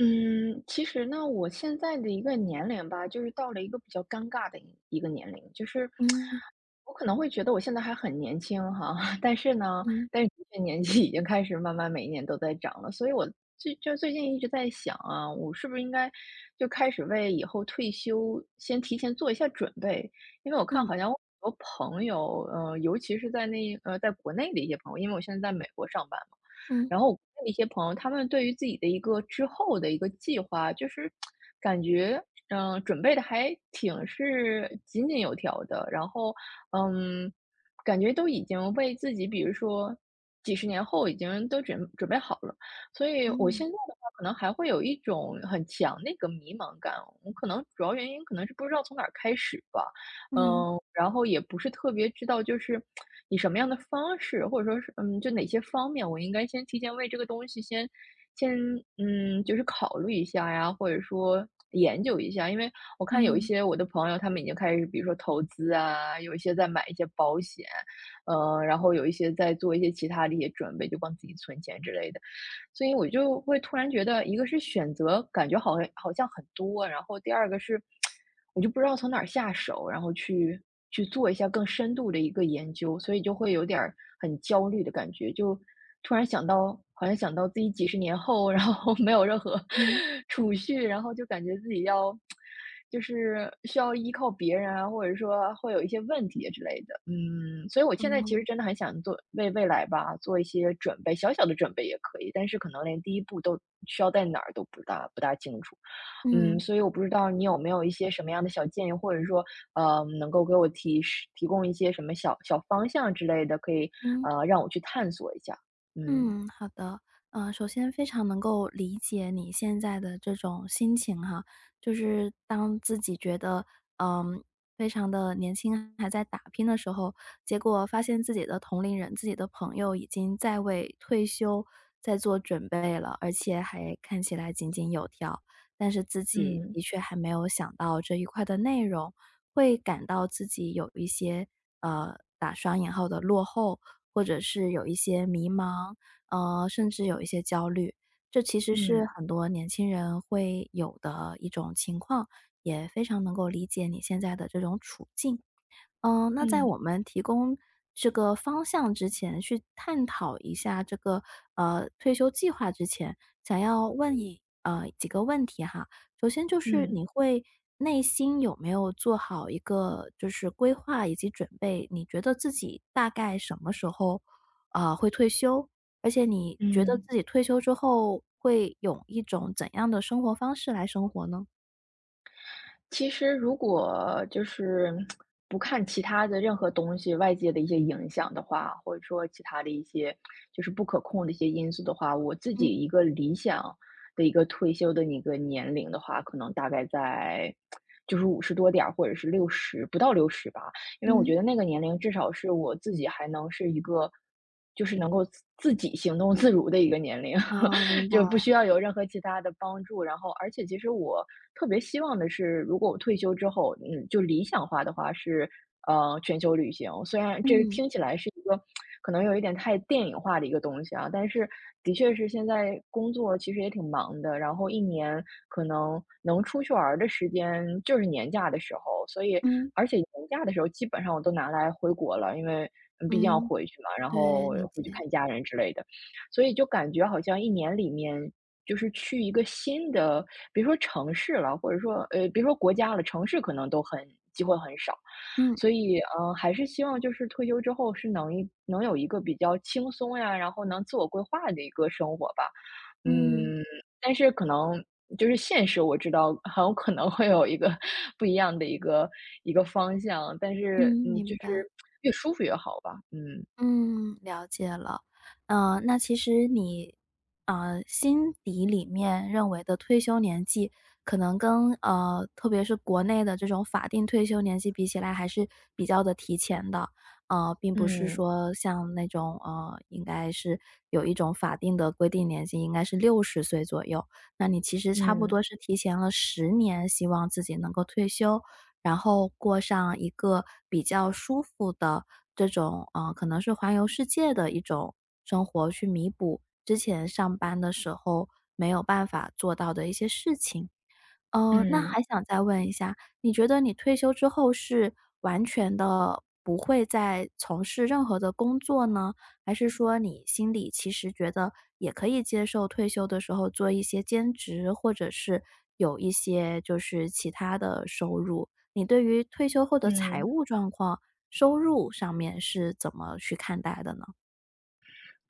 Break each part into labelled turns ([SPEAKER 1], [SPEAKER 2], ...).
[SPEAKER 1] 嗯，其实呢，我现在的一个年龄吧，就是到了一个比较尴尬的一个年龄，就是
[SPEAKER 2] 嗯
[SPEAKER 1] 我可能会觉得我现在还很年轻哈，但是呢，
[SPEAKER 2] 嗯
[SPEAKER 1] 但是的确年纪已经开始慢慢每一年都在长了，所以我最近一直在想啊，我是不是应该就开始为以后退休先提前做一下准备？因为我看
[SPEAKER 2] 嗯
[SPEAKER 1] 好像我很多朋友，尤其是在在国内的一些朋友，因为我现在在美国上班嘛。
[SPEAKER 2] 嗯，
[SPEAKER 1] 然后我问一些朋友，他们对于自己的一个之后的一个计划，就是感觉，准备的还挺是井井有条的。然后，嗯，感觉都已经为自己，比如说几十年后已经都准备好了。所以我
[SPEAKER 2] 哦，
[SPEAKER 1] 现在的话，可能还会有一种很强那个迷茫感。我可能主要原因可能是不知道从哪儿开始吧。
[SPEAKER 2] 嗯
[SPEAKER 1] 嗯，然后也不是特别知道，就是以什么样的方式，或者说是嗯，就哪些方面，我应该先提前为这个东西先嗯，就是考虑一下呀，或者说研究一下。因为我看有一
[SPEAKER 2] 嗯
[SPEAKER 1] 些我的朋友，他们已经开始，比如说投资啊，有一些在买一些保险，然后有一些在做一些其他的一些准备，就帮自己存钱之类的。所以我就会突然觉得，一个是选择感觉好像很多，然后第二个是，我就不知道从哪儿下手，然后去做一下更深度的一个研究，所以就会有点儿很焦虑的感觉，就突然想到，好像想到自己几十年后，然后 没有任何
[SPEAKER 2] 嗯，
[SPEAKER 1] 储蓄，然后就感觉自己要就是需要依靠别人啊，或者说会有一些问题之类的。嗯，所以我
[SPEAKER 2] 哦，
[SPEAKER 1] 现在其实真的很想做，为未来吧做一些准备，小小的准备也可以，但是可能连第一步都需要在哪儿都不大清楚。嗯，
[SPEAKER 2] 嗯
[SPEAKER 1] 所以我不知道你有没有一些什么样的小建议，或者说，能够给我提供一些什么小小方向之类的，可以
[SPEAKER 2] 嗯。
[SPEAKER 1] 让我去探索一下。嗯。
[SPEAKER 2] 嗯，好的。首先非常能够理解你现在的这种心情哈，就是当自己觉得，嗯，非常的年轻，还在打拼的时候，结果发现自己的同龄人、自己的朋友已经在为退休在做准备了，而且还看起来井井有条，但是自己
[SPEAKER 1] 嗯
[SPEAKER 2] 的确还没有想到这一块的内容，会感到自己有一些打双引号的落后，或者是有一些迷茫，甚至有一些焦虑。这其实是
[SPEAKER 1] 嗯
[SPEAKER 2] 很多年轻人会有的一种情况，也非常能够理解你现在的这种处境。嗯，那在
[SPEAKER 1] 嗯
[SPEAKER 2] 我们提供这个方向之前，去探讨一下这个退休计划之前，想要问你几个问题哈。首先就是你
[SPEAKER 1] 嗯
[SPEAKER 2] 会内心有没有做好一个就是规划以及准备？你觉得自己大概什么时候会退休？而且你觉得
[SPEAKER 1] 嗯。
[SPEAKER 2] 自己退休之后会有一种怎样的生活方式来生活呢？
[SPEAKER 1] 其实如果就是不看其他的任何东西，外界的一些影响的话，或者说其他的一些就是不可控的一些因素的话，我自己
[SPEAKER 2] 嗯
[SPEAKER 1] 一个理想的一个退休的一个年龄的话，可能大概在就是五十多点儿，或者是六十不到六十吧。因为我
[SPEAKER 2] 嗯
[SPEAKER 1] 觉得那个年龄至少是我自己还能是一个，就是能够自己行动自如的一个年龄。
[SPEAKER 2] 啊、明
[SPEAKER 1] 就不
[SPEAKER 2] 白。
[SPEAKER 1] 需要有任何其他的帮助。然后，而且其实我特别希望的是，如果我退休之后，嗯，就理想化的话是，全球旅行。虽然这
[SPEAKER 2] 嗯
[SPEAKER 1] 听起来是一个可能有一点太电影化的一个东西啊，但是的确是现在工作其实也挺忙的，然后一年可能能出去玩儿的时间就是年假的时候，所以
[SPEAKER 2] 嗯
[SPEAKER 1] 而且年假的时候基本上我都拿来回国了，因为嗯毕竟要
[SPEAKER 2] 嗯。
[SPEAKER 1] 回去嘛，然
[SPEAKER 2] 对，
[SPEAKER 1] 后
[SPEAKER 2] 理
[SPEAKER 1] 回去
[SPEAKER 2] 解。
[SPEAKER 1] 看家人之类的。所以就感觉好像一年里面，就是去一个新的，别说城市了，或者说，别说国家了，城市可能都很机会很少。
[SPEAKER 2] 嗯，
[SPEAKER 1] 所以，嗯，还是希望就是退休之后是能有一个比较轻松呀，然后能自我规划的一个生活吧。
[SPEAKER 2] 嗯，
[SPEAKER 1] 嗯，但是可能就是现实，我知道很有可能会有一个 不一样的一个方向，但
[SPEAKER 2] 嗯，
[SPEAKER 1] 是，嗯，
[SPEAKER 2] 明
[SPEAKER 1] 就
[SPEAKER 2] 白。
[SPEAKER 1] 是越舒服越好吧，嗯。
[SPEAKER 2] 嗯，了解了。那其实你，心底里面认为的退休年纪，可能跟特别是国内的这种法定退休年纪比起来，还是比较的提前的。并不是
[SPEAKER 1] 嗯
[SPEAKER 2] 说像那种应该是有一种法定的规定年纪，应该是60岁左右。那你其实差不
[SPEAKER 1] 嗯
[SPEAKER 2] 多是提前了10年，希望自己能够退休，然后过上一个比较舒服的这种，可能是环游世界的一种生活去弥补之前上班的时候没有办法做到的一些事情。那
[SPEAKER 1] 嗯
[SPEAKER 2] 还想再问一下，你觉得你退休之后是完全的不会再从事任何的工作呢？还是说你心里其实觉得也可以接受退休的时候做一些兼职，或者是有一些就是其他的收入？你对于退休后的财
[SPEAKER 1] 嗯。
[SPEAKER 2] 务状况、收入上面是怎么去看待的呢？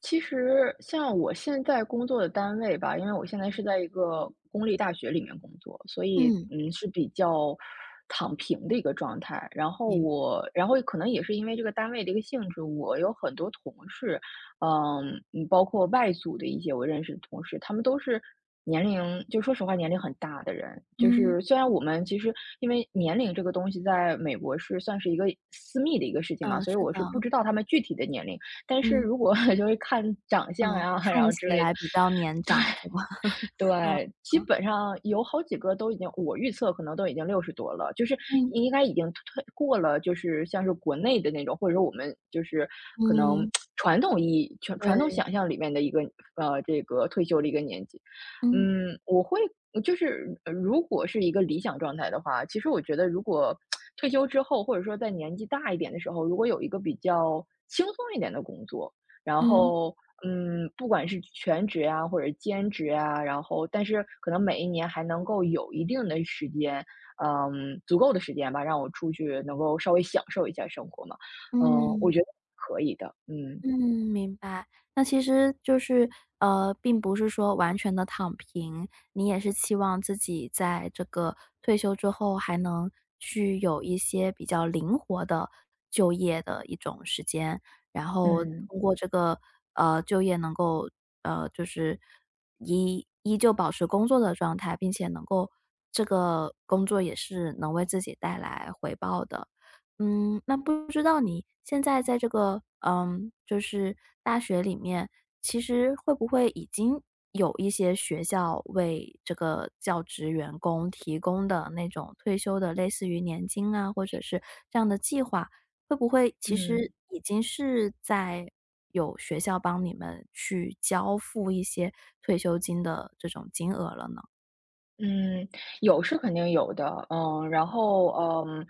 [SPEAKER 1] 其实像我现在工作的单位吧，因为我现在是在一个公立大学里面工作，所以
[SPEAKER 2] 嗯，
[SPEAKER 1] 嗯是比较躺平的一个状态。然后
[SPEAKER 2] 明白
[SPEAKER 1] 我，然后可能也是因为这个单位的一个性质，我有很多同事，嗯，嗯包括外组的一些我认识的同事，他们都是年龄，就说实话年龄很大的人。就
[SPEAKER 2] 嗯，
[SPEAKER 1] 是虽然我们其实因为年龄这个东西在美国是算是一个私密的一个事情嘛，
[SPEAKER 2] 嗯，
[SPEAKER 1] 所以
[SPEAKER 2] 是
[SPEAKER 1] 我
[SPEAKER 2] 的，
[SPEAKER 1] 是不知道他们具体的年龄。但是
[SPEAKER 2] 嗯，
[SPEAKER 1] 如果 就是看长相
[SPEAKER 2] 嗯，
[SPEAKER 1] 呀，然
[SPEAKER 2] 看
[SPEAKER 1] 后之
[SPEAKER 2] 起
[SPEAKER 1] 类
[SPEAKER 2] 来
[SPEAKER 1] 的，
[SPEAKER 2] 比较年长是吧？嗯，
[SPEAKER 1] 对，基
[SPEAKER 2] 嗯。
[SPEAKER 1] 本上有好几个都已经我预测可能都已经六十多了，就是
[SPEAKER 2] 嗯。
[SPEAKER 1] 应该已经退过了，就是像是国内的那种，或者说我们就是可能
[SPEAKER 2] 嗯，
[SPEAKER 1] 传统意义传传统
[SPEAKER 2] 对，
[SPEAKER 1] 想象里面的一个，这个退休的一个年纪。
[SPEAKER 2] 嗯，
[SPEAKER 1] 嗯，我会就是如果是一个理想状态的话，其实我觉得如果退休之后，或者说在年纪大一点的时候，如果有一个比较轻松一点的工作，然
[SPEAKER 2] 嗯，
[SPEAKER 1] 后嗯，不管是全职啊，或者兼职啊，然后但是可能每一年还能够有一定的时间，嗯，足够的时间吧，让我出去能够稍微享受一下生活嘛，嗯，我
[SPEAKER 2] 嗯，
[SPEAKER 1] 觉得可以的，嗯。
[SPEAKER 2] 嗯，明白。那其实就是，并不是说完全的躺平，你也是期望自己在这个退休之后还能去有一些比较灵活的就业的一种时间，然后
[SPEAKER 1] 嗯
[SPEAKER 2] 通过这个，就业能够，就是依旧保持工作的状态，并且能够这个工作也是能为自己带来回报的。嗯，那不知道你现在在这个，就是大学里面，其实会不会已经有一些学校为这个教职员工提供的那种退休的类似于年金啊，或者是这样的计划，会不会其
[SPEAKER 1] 嗯，
[SPEAKER 2] 实已经是在有学校帮你们去交付一些退休金的这种金额了呢？
[SPEAKER 1] 嗯。有是肯定有的，嗯，然后，嗯，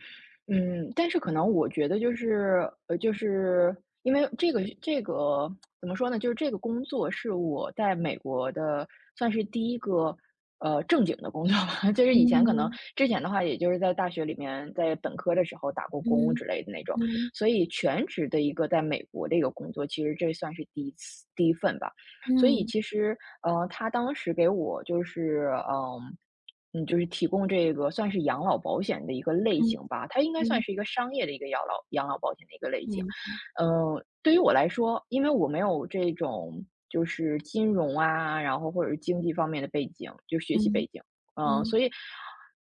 [SPEAKER 1] 嗯，但是可能我觉得就是，就是因为这个怎么说呢，就是这个工作是我在美国的算是第一个，正经的工作吧，就是以前可能
[SPEAKER 2] 嗯
[SPEAKER 1] 之前的话，也就是在大学里面，在本科的时候打过工
[SPEAKER 2] 嗯
[SPEAKER 1] 之类的那种，
[SPEAKER 2] 嗯
[SPEAKER 1] 所以全职的一个在美国的一个工作，其实这算是第一份吧。所以
[SPEAKER 2] 嗯
[SPEAKER 1] 其实，他当时给我就是，嗯，嗯，就是提供这个算是养老保险的一个类
[SPEAKER 2] 嗯嗯
[SPEAKER 1] 型吧，它应该
[SPEAKER 2] 嗯
[SPEAKER 1] 算
[SPEAKER 2] 嗯
[SPEAKER 1] 是一个商业的一个养老保险的一个类型。
[SPEAKER 2] 明白，
[SPEAKER 1] 嗯，对于我来说，因为我没有这种就是金融啊，然后或者是经济方面的背景，就学习
[SPEAKER 2] 嗯
[SPEAKER 1] 背景，嗯，
[SPEAKER 2] 嗯。
[SPEAKER 1] 所以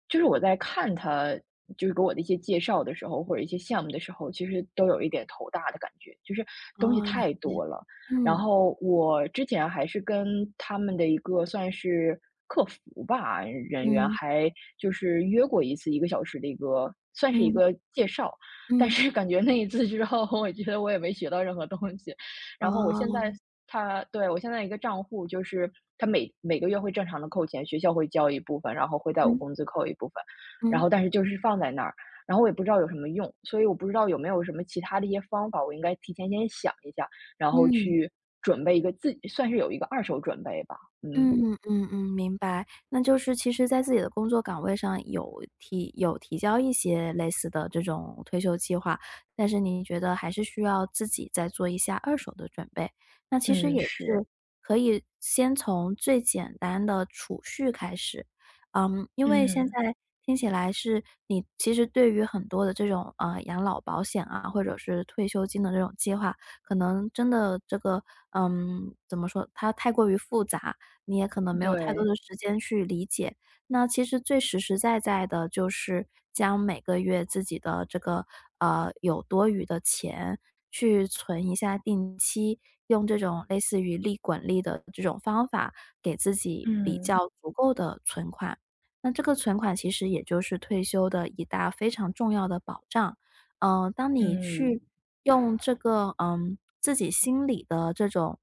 [SPEAKER 1] 就是我在看他就是给我的一些介绍的时候，或者一些项目的时候，其实都有一点头大的感觉，就是东西
[SPEAKER 2] 哦，了
[SPEAKER 1] 太
[SPEAKER 2] 解，
[SPEAKER 1] 多了。然
[SPEAKER 2] 嗯，
[SPEAKER 1] 后我之前还是跟他们的一个算是客服吧，人员
[SPEAKER 2] 嗯，
[SPEAKER 1] 还就是约过一次一个小时的一个算是一
[SPEAKER 2] 嗯，
[SPEAKER 1] 个介绍，但
[SPEAKER 2] 嗯，
[SPEAKER 1] 是感觉那一次之后，我觉得我也没学到任何东西。然后我现在
[SPEAKER 2] 哦，
[SPEAKER 1] 他对，我现在一个账户就是他每个月会正常的扣钱，学校会交一部分，然后会在我
[SPEAKER 2] 嗯，
[SPEAKER 1] 工资扣一部分，然
[SPEAKER 2] 嗯，
[SPEAKER 1] 后但是就是放在那儿，然后我也不知道有什么用，所以我不知道有没有什么其他的一些方法，我应该提前先想一下，然后
[SPEAKER 2] 嗯。
[SPEAKER 1] 去准备一个自己算是有一个二手准备吧，
[SPEAKER 2] 嗯
[SPEAKER 1] 嗯。
[SPEAKER 2] 嗯嗯，嗯明白。那就是其实在自己的工作岗位上有提交一些类似的这种退休计划，但是您觉得还是需要自己再做一下二手的准备。那其实
[SPEAKER 1] 嗯，
[SPEAKER 2] 也
[SPEAKER 1] 是，
[SPEAKER 2] 是可以先从最简单的储蓄开始，嗯，因为现
[SPEAKER 1] 嗯。
[SPEAKER 2] 在听起来是你其实对于很多的这种养老保险啊，或者是退休金的这种计划，可能真的这个怎么说，它太过于复杂。你也可能没有太多
[SPEAKER 1] 对。
[SPEAKER 2] 的时间去理解。那其实最实实在在的就是将每个月自己的这个，有多余的钱去存一下定期，用这种类似于利滚利的这种方法，给自己比较
[SPEAKER 1] 嗯，
[SPEAKER 2] 足够的存款。那这个存款其实也就是退休的一大非常重要的保障。当你
[SPEAKER 1] 嗯，
[SPEAKER 2] 去用这个，自己心里的这种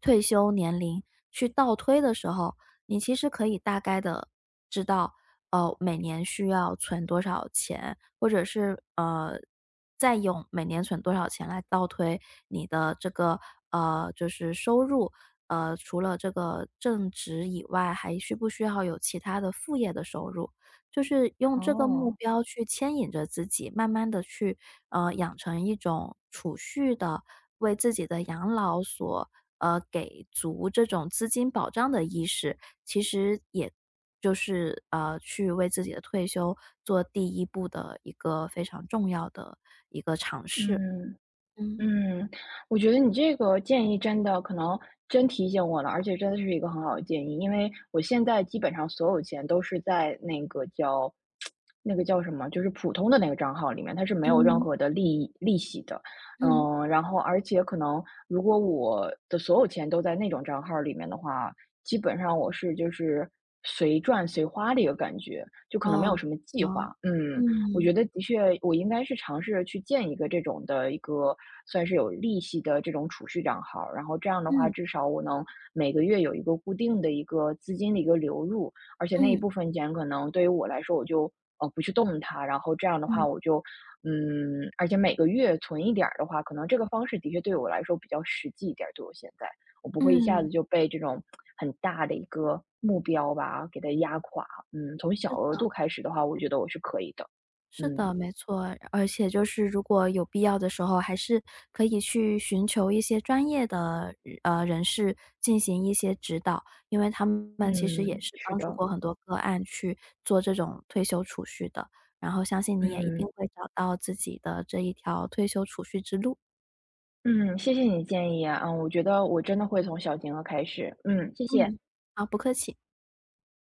[SPEAKER 2] 退休年龄去倒推的时候，你其实可以大概的知道，每年需要存多少钱，或者是，再用每年存多少钱来倒推你的这个，就是收入。除了这个正职以外，还需不需要有其他的副业的收入？就是用这个目
[SPEAKER 1] 哦，
[SPEAKER 2] 标去牵引着自己，慢慢的去，养成一种储蓄的，为自己的养老所，给足这种资金保障的意识。其实也就是，去为自己的退休做第一步的一个非常重要的一个尝试。
[SPEAKER 1] 嗯。
[SPEAKER 2] 嗯，
[SPEAKER 1] 嗯，我觉得你这个建议真的可能真提醒我了，而且真的是一个很好的建议，因为我现在基本上所有钱都是在那个叫 那个叫什么，就是普通的那个账号里面，它是没有任
[SPEAKER 2] 嗯，
[SPEAKER 1] 何的利息的。
[SPEAKER 2] 嗯，
[SPEAKER 1] 嗯，然后而且可能如果我的所有钱都在那种账号里面的话，基本上我是就是随赚随花的一个感觉，就可能没
[SPEAKER 2] 哦，
[SPEAKER 1] 有什么
[SPEAKER 2] 是
[SPEAKER 1] 计
[SPEAKER 2] 的，
[SPEAKER 1] 划。嗯。我
[SPEAKER 2] 嗯，
[SPEAKER 1] 觉得的确，我应该是尝试着去建一个这种的一个算是有利息的这种储蓄账号然后这样的话，
[SPEAKER 2] 嗯，
[SPEAKER 1] 至少我能每个月有一个固定的一个资金的一个流入，而且那一
[SPEAKER 2] 嗯，
[SPEAKER 1] 部分钱可能对于我来说，我就不去动它，然后这样的
[SPEAKER 2] 嗯，
[SPEAKER 1] 话，
[SPEAKER 2] 嗯
[SPEAKER 1] 我就嗯，而且每个月存一点儿的话，可能这个方式的确对我来说比较实际一点儿，对我现在，我不会一下
[SPEAKER 2] 嗯，
[SPEAKER 1] 子就被这种很大的一个目标吧给它压垮。嗯，从小额
[SPEAKER 2] 是
[SPEAKER 1] 度开始的话，我觉得我是可以的。
[SPEAKER 2] 是
[SPEAKER 1] 嗯，
[SPEAKER 2] 的，没错。而且就是如果有必要的时候，还是可以去寻求一些专业的人士进行一些指导，因为他们其实也
[SPEAKER 1] 嗯，
[SPEAKER 2] 是
[SPEAKER 1] 是
[SPEAKER 2] 帮助
[SPEAKER 1] 的，
[SPEAKER 2] 过很多个案去做这种退休储蓄的。然后相信你也一定
[SPEAKER 1] 嗯，
[SPEAKER 2] 会找到自己的这一条退休储蓄之路。
[SPEAKER 1] 嗯，谢谢你的建议啊，嗯，我觉得我真的会从小金额开始，嗯，谢谢。
[SPEAKER 2] 嗯，好，不客气。